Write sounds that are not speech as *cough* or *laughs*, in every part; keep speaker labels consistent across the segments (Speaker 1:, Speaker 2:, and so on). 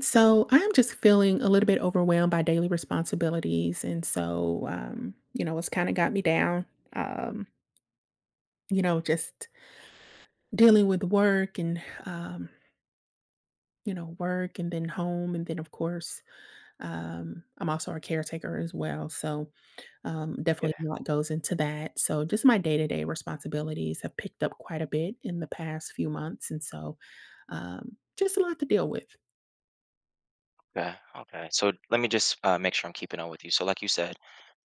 Speaker 1: So I'm just feeling a little bit overwhelmed by daily responsibilities. And so, it's kind of got me down. Um, just dealing with work and work and then home. And then, of course, I'm also a caretaker as well. So
Speaker 2: Yeah.
Speaker 1: definitely a lot goes into that. So just my day to day responsibilities have picked up quite a bit in the past few months. And so just a lot to deal with.
Speaker 2: Okay. Okay. So let me just make sure I'm keeping up with you. So, like you said,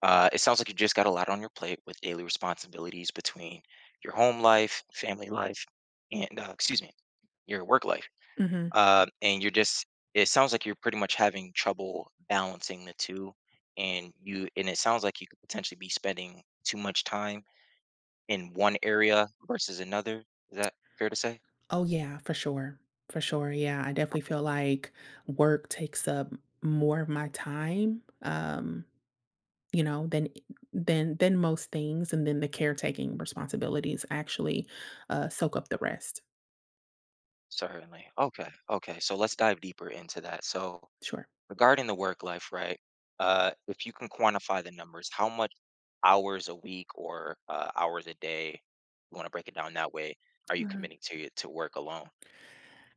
Speaker 2: it sounds like you just got a lot on your plate with daily responsibilities between your home life, family life, and excuse me, your work life.
Speaker 1: Mhm.
Speaker 2: And you're just. It sounds like you're pretty much having trouble balancing the two, and you. And it sounds like you could potentially be spending too much time in one area versus another. Is that fair to say?
Speaker 1: Oh, yeah, for sure. For sure. Yeah, I definitely feel like work takes up more of my time, than than most things, and then the caretaking responsibilities actually soak up the rest.
Speaker 2: Certainly. Okay. Okay. So let's dive deeper into that. So
Speaker 1: Sure.
Speaker 2: regarding the work life, right? If you can quantify the numbers, how much hours a week or hours a day, you want to break it down that way, are you committing to your to work alone?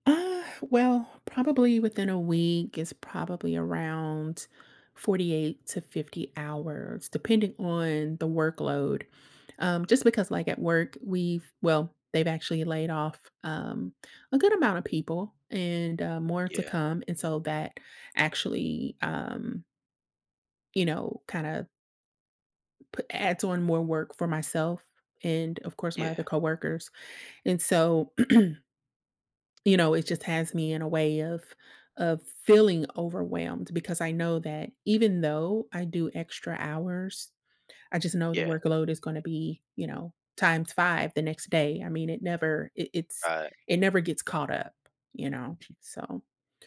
Speaker 1: Well, probably within a week is probably around 48 to 50 hours, depending on the workload. Just because, like at well, they've actually laid off a good amount of people and more to
Speaker 2: Yeah,
Speaker 1: come. And so that actually, kind of adds on more work for myself and, of course, my other
Speaker 2: yeah,
Speaker 1: coworkers. And so, it just has me in a way of feeling overwhelmed because I know that even though I do extra hours, I just know the
Speaker 2: yeah.
Speaker 1: workload is going to be, you know, times 5 the next day. I mean, it's
Speaker 2: Right.
Speaker 1: it never gets caught up. So,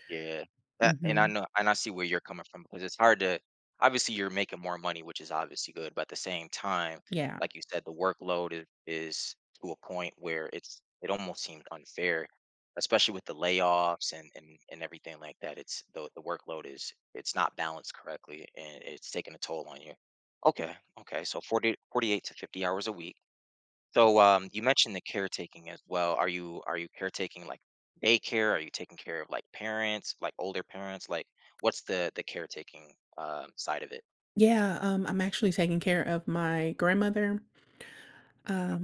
Speaker 2: Yeah, that and I
Speaker 1: mhm.
Speaker 2: know and I see where you're coming from because it's hard to obviously you're making more money, which is obviously good, but at the same time,
Speaker 1: Yeah.
Speaker 2: like you said, the workload is to a point where it almost seems unfair, especially with the layoffs and and everything like that. It's the workload is it's not balanced correctly and it's taking a toll on you. Okay, okay, so forty eight to 50 hours a week. So you mentioned the caretaking as well. Are you caretaking like daycare? Are you taking care of like parents, like older parents? Like what's the caretaking side of it?
Speaker 1: Yeah, I'm actually taking care of my grandmother.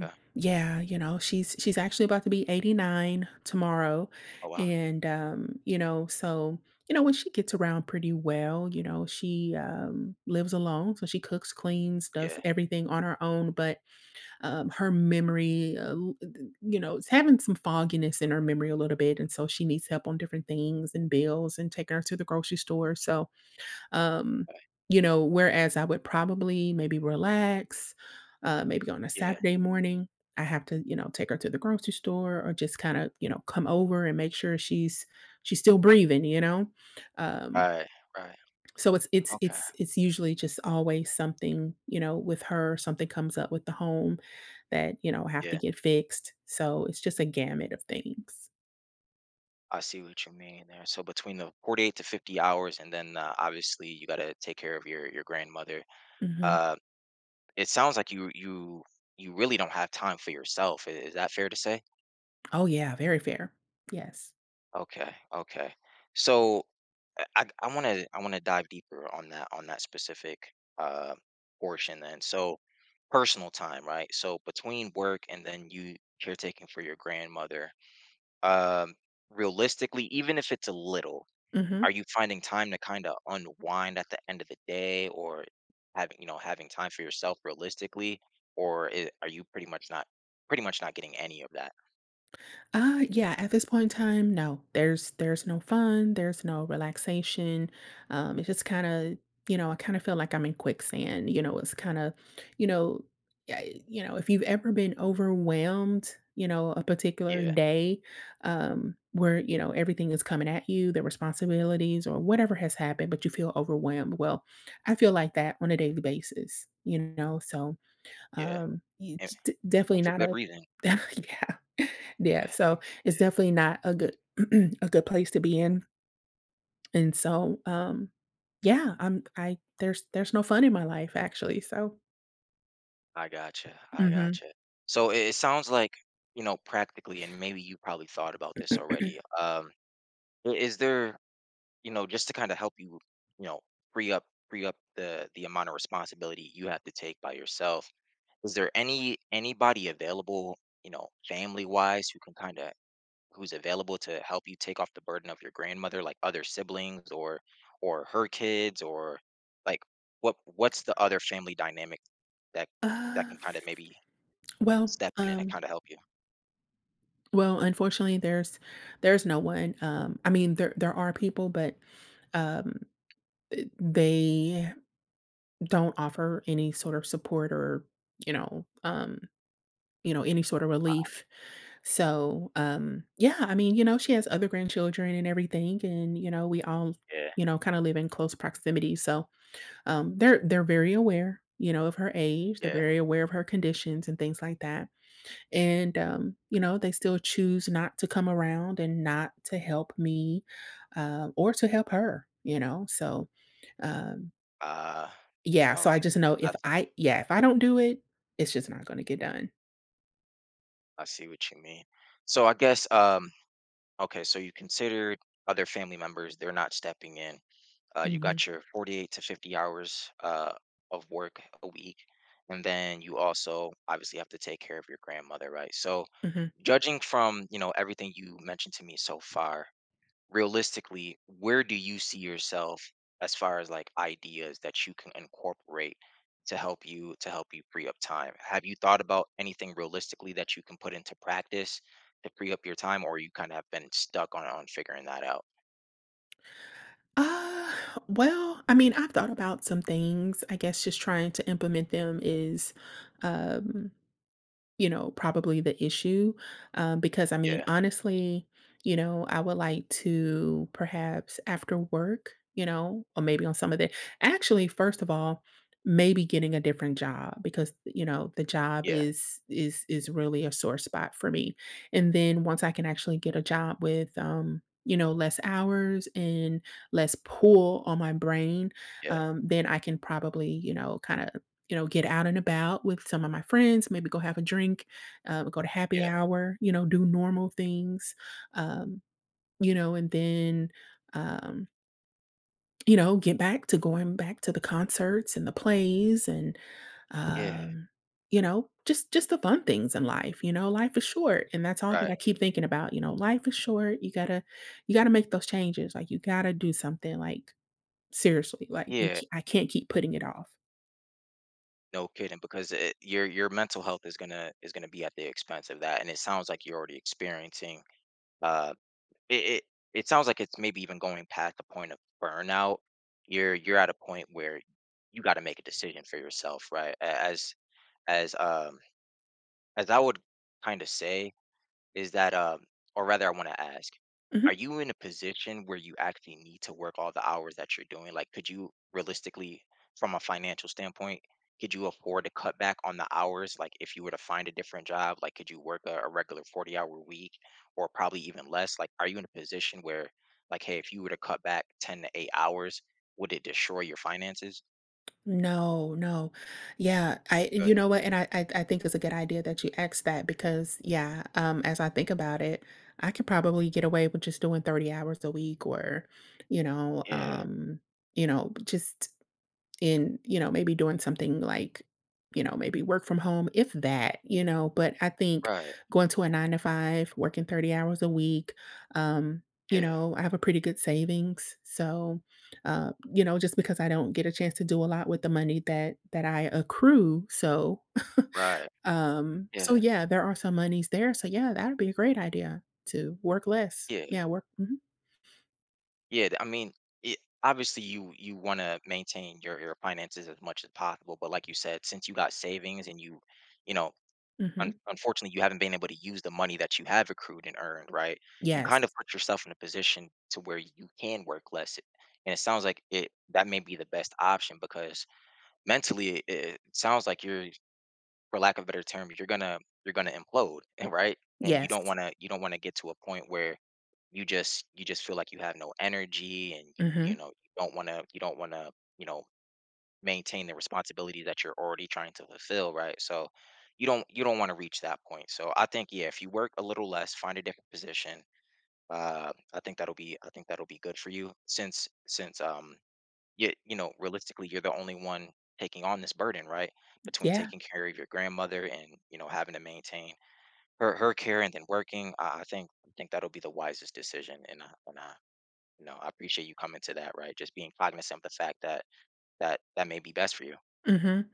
Speaker 2: Okay.
Speaker 1: Yeah, you know, she's actually about to be 89 tomorrow.
Speaker 2: Oh wow.
Speaker 1: And you know, so, you know, when she gets around pretty well, you know, she lives alone, so she cooks, cleans,
Speaker 2: Yeah.
Speaker 1: does everything on her own, but her memory, you know, it's having some fogginess in her memory a little bit, and so she needs help on different things and bills and taking her to the grocery store. So, um,
Speaker 2: Right.
Speaker 1: you know, whereas I would probably maybe relax, maybe on a
Speaker 2: Yeah.
Speaker 1: Saturday morning, I have to, you know, take her to the grocery store or just kind of, you know, come over and make sure she's still breathing, you know? Um,
Speaker 2: Right. Right.
Speaker 1: so it's it's
Speaker 2: Okay.
Speaker 1: it's it's usually just always something, you know, with her, something comes up with the home that, you know, have to
Speaker 2: Yeah.
Speaker 1: get fixed. So it's just a gamut of things.
Speaker 2: I see what you mean there. So between the 48 to 50 hours, and then obviously you got to take care of your grandmother.
Speaker 1: Mhm.
Speaker 2: Uh, it sounds like you really don't have time for yourself. Is that fair to say?
Speaker 1: Oh yeah, very fair. Yes.
Speaker 2: Okay, okay. So I want to I want to dive deeper on that specific portion then. So personal time, right? So between work and then you caretaking for your grandmother. Um, realistically, even if it's a little, are
Speaker 1: Mhm.
Speaker 2: you finding time to kind of unwind at the end of the day or having, you know, having time for yourself realistically or I are you pretty much not getting any of that?
Speaker 1: Yeah, at this point in time, no. There's no fun, there's no relaxation. It's just kind of, you know, I kind of feel like I'm in quicksand. You know, it's kind of, you know, you know, if you've ever been overwhelmed, you know, a particular
Speaker 2: Yeah,
Speaker 1: day, where, you know, everything is coming at you, the responsibilities or whatever has happened, but you feel overwhelmed. Well, I feel like that on a daily basis, you know. So,
Speaker 2: yeah. And, and
Speaker 1: definitely
Speaker 2: for
Speaker 1: not
Speaker 2: good
Speaker 1: a
Speaker 2: reason.
Speaker 1: *laughs* yeah, yeah,
Speaker 2: Yeah.
Speaker 1: so it's
Speaker 2: Yeah.
Speaker 1: definitely not a good *clears throat* a good place to be in, and so, yeah, I'm I there's no fun in my life actually, so.
Speaker 2: I gotcha. I
Speaker 1: Mhm.
Speaker 2: gotcha. So it sounds like, you know, practically, and maybe you probably thought about this already. Is there, you know, just to kind of help you, you know, free up, free up the amount of responsibility you have to take by yourself? Is there anybody available, you know, family wise, who can kind of who's available to help you take off the burden of your grandmother, like other siblings or her kids, or like what what's the other family dynamic that that
Speaker 1: Uh,
Speaker 2: can kind of maybe
Speaker 1: well,
Speaker 2: step in and
Speaker 1: um,
Speaker 2: kind of help you.
Speaker 1: well, unfortunately, there's no one, I mean, there are people, but, um, they don't offer any sort of support or, you know, um, you know, any sort of relief. So, yeah, I mean, you know, she has other grandchildren and everything, and you know, we all,
Speaker 2: Yeah,
Speaker 1: you know, kind of live in close proximity. So, they're very aware, you know, of her age. They're
Speaker 2: yeah.
Speaker 1: very aware of her conditions and things like that. And you know, they still choose not to come around and not to help me, or to help her. You know, so um,
Speaker 2: Uh,
Speaker 1: yeah. So
Speaker 2: okay.
Speaker 1: I just know
Speaker 2: So
Speaker 1: if
Speaker 2: that's
Speaker 1: I, yeah, if I don't do it, it's just not going to get done.
Speaker 2: I see what you mean. So I guess okay, so you considered other family members, they're not stepping in. Uh, you
Speaker 1: Hmm.
Speaker 2: got your 48 to 50 hours of work a week. And then you also obviously have to take care of your grandmother, right? So
Speaker 1: Hmm.
Speaker 2: judging from, you know, everything you mentioned to me so far, realistically, where do you see yourself as far as like ideas that you can incorporate to help you free up time? Have you thought about anything realistically that you can put into practice to free up your time, or you kind of have been stuck on figuring that out?
Speaker 1: Uh, well, I mean, I've thought about some things. I guess just trying to implement them is, um you know, probably the issue. Because I mean,
Speaker 2: Yeah,
Speaker 1: honestly, you know, I would like to perhaps after work, you know, or maybe on some of the actually, first of all, maybe getting a different job because you know the job
Speaker 2: yeah,
Speaker 1: is is is really a sore spot for me and then once I can actually get a job with you know less hours and less pull on my brain
Speaker 2: yeah,
Speaker 1: then I can probably you know kind of you know, get out and about with some of my friends, maybe go have a drink, go to happy
Speaker 2: yeah,
Speaker 1: hour, you know, do normal things, um, you know, and then, um, you know, get back to going back to the concerts and the plays and,
Speaker 2: yeah.
Speaker 1: um, you know, just the fun things in life. You know, life is short, and that's all that
Speaker 2: Right.
Speaker 1: I keep thinking about. You know, life is short. You gotta make those changes. Like you gotta do something. Like seriously, like, you
Speaker 2: Yeah.
Speaker 1: I can't keep putting it off.
Speaker 2: No kidding, because your mental health is gonna be at the expense of that, and it sounds like you're already experiencing uh it, it it sounds like it's maybe even going past the point of burnout. You're at a point where you got to make a decision for yourself, right? As as um as I would kind of say, is that or rather I want to ask,
Speaker 1: Mhm.
Speaker 2: are you in a position where you actually need to work all the hours that you're doing? Like could you realistically from a financial standpoint, could you afford to cut back on the hours? Like if you were to find a different job, like could you work a regular 40-hour week or probably even less? Like are you in a position where like hey, if you were to cut back 10 to 8 hours, would it destroy your finances?
Speaker 1: No, no. Yeah, I
Speaker 2: But
Speaker 1: you know what? And I think it's a good idea that you asked that because, yeah, as I think about it, I could probably get away with just doing 30 hours a week or, you know,
Speaker 2: yeah,
Speaker 1: um, you know, just in, you know, maybe doing something like, you know, maybe work from home, if that, you know, but I think
Speaker 2: right.
Speaker 1: going to a 9 to 5, working 30 hours a week, um, you
Speaker 2: Yeah,
Speaker 1: know, I have a pretty good savings. So, you know, just because I don't get a chance to do a lot with the money that I accrue, so
Speaker 2: right.
Speaker 1: so
Speaker 2: Yeah.
Speaker 1: yeah, there are some monies there. So yeah, that would be a great idea to work less.
Speaker 2: Yeah.
Speaker 1: Yeah, work mhm,
Speaker 2: Yeah, I mean, obviously you want to maintain your finances as much as possible, but like you said, since you got savings and you know, un
Speaker 1: mhm.
Speaker 2: unfortunately you haven't been able to use the money that you have accrued and earned, right? You
Speaker 1: Yes.
Speaker 2: kind of put yourself in a position to where you can work less. And it sounds like it that may be the best option because mentally it sounds like you're, for lack of a better term, you're gonna implode, *laughs* right? And
Speaker 1: Yes.
Speaker 2: you don't want to get to a point where you just feel like you have no energy and you
Speaker 1: Mhm.
Speaker 2: know you don't want to you know maintain the responsibility that you're already trying to fulfill, right? So you don't want to reach that point, so I think yeah if you work a little less, find a different position, I think that'll be good for you since you, you know, realistically you're the only one taking on this burden, right? Between
Speaker 1: Yeah.
Speaker 2: taking care of your grandmother and you know having to maintain her care and then working I think that'll be the wisest decision and I, you know, I appreciate you coming to that, right? Just being cognizant of the fact that that may be best for you.
Speaker 1: Mhm.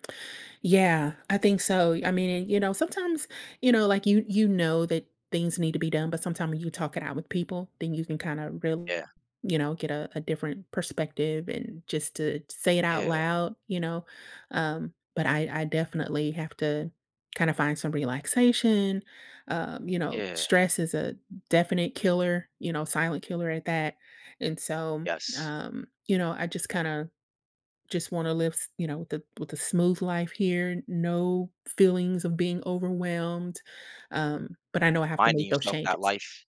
Speaker 1: Yeah, I think so. I mean, you know, sometimes, you know, like you know that things need to be done, but sometimes you talk it out with people, then you can kind of really,
Speaker 2: Yeah,
Speaker 1: you know, get a different perspective and just to say it out
Speaker 2: yeah,
Speaker 1: loud, you know. But I definitely have to kind of find some relaxation. You know,
Speaker 2: yeah.
Speaker 1: stress is a definite killer, you know, silent killer at that. And so,
Speaker 2: Yes.
Speaker 1: you know, I just kind of just wanna live, you know, with the with a smooth life here, no feelings of being overwhelmed, but I know I have to
Speaker 2: Reminding
Speaker 1: make those
Speaker 2: yourself that
Speaker 1: changes.
Speaker 2: life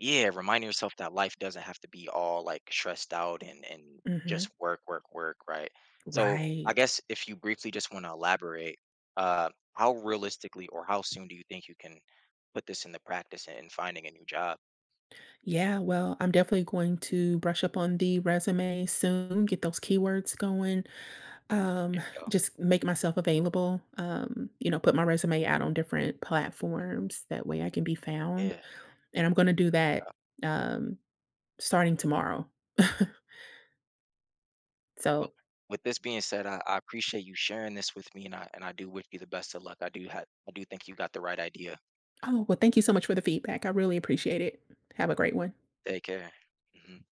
Speaker 2: Yeah, reminding yourself that life doesn't have to be all like stressed out and just
Speaker 1: Mhm.
Speaker 2: work, work, work, right? So I
Speaker 1: Right.
Speaker 2: guess if you briefly just want to elaborate, how realistically or how soon do you think you can put this into practice and finding a new job?
Speaker 1: Yeah, well, I'm definitely going to brush up on the resume soon, get those keywords going, um,
Speaker 2: There you go.
Speaker 1: just make myself available, you know, put my resume out on different platforms, that way I can be found,
Speaker 2: Yeah.
Speaker 1: and I'm gonna do that, um, starting tomorrow. *laughs*
Speaker 2: Well,
Speaker 1: So
Speaker 2: with this being said, I appreciate you sharing this with me, and I do wish you the best of luck. I do think you got the right idea.
Speaker 1: oh, well, thank you so much for the feedback. I really appreciate it. Have a great one.
Speaker 2: Take care. Mhm.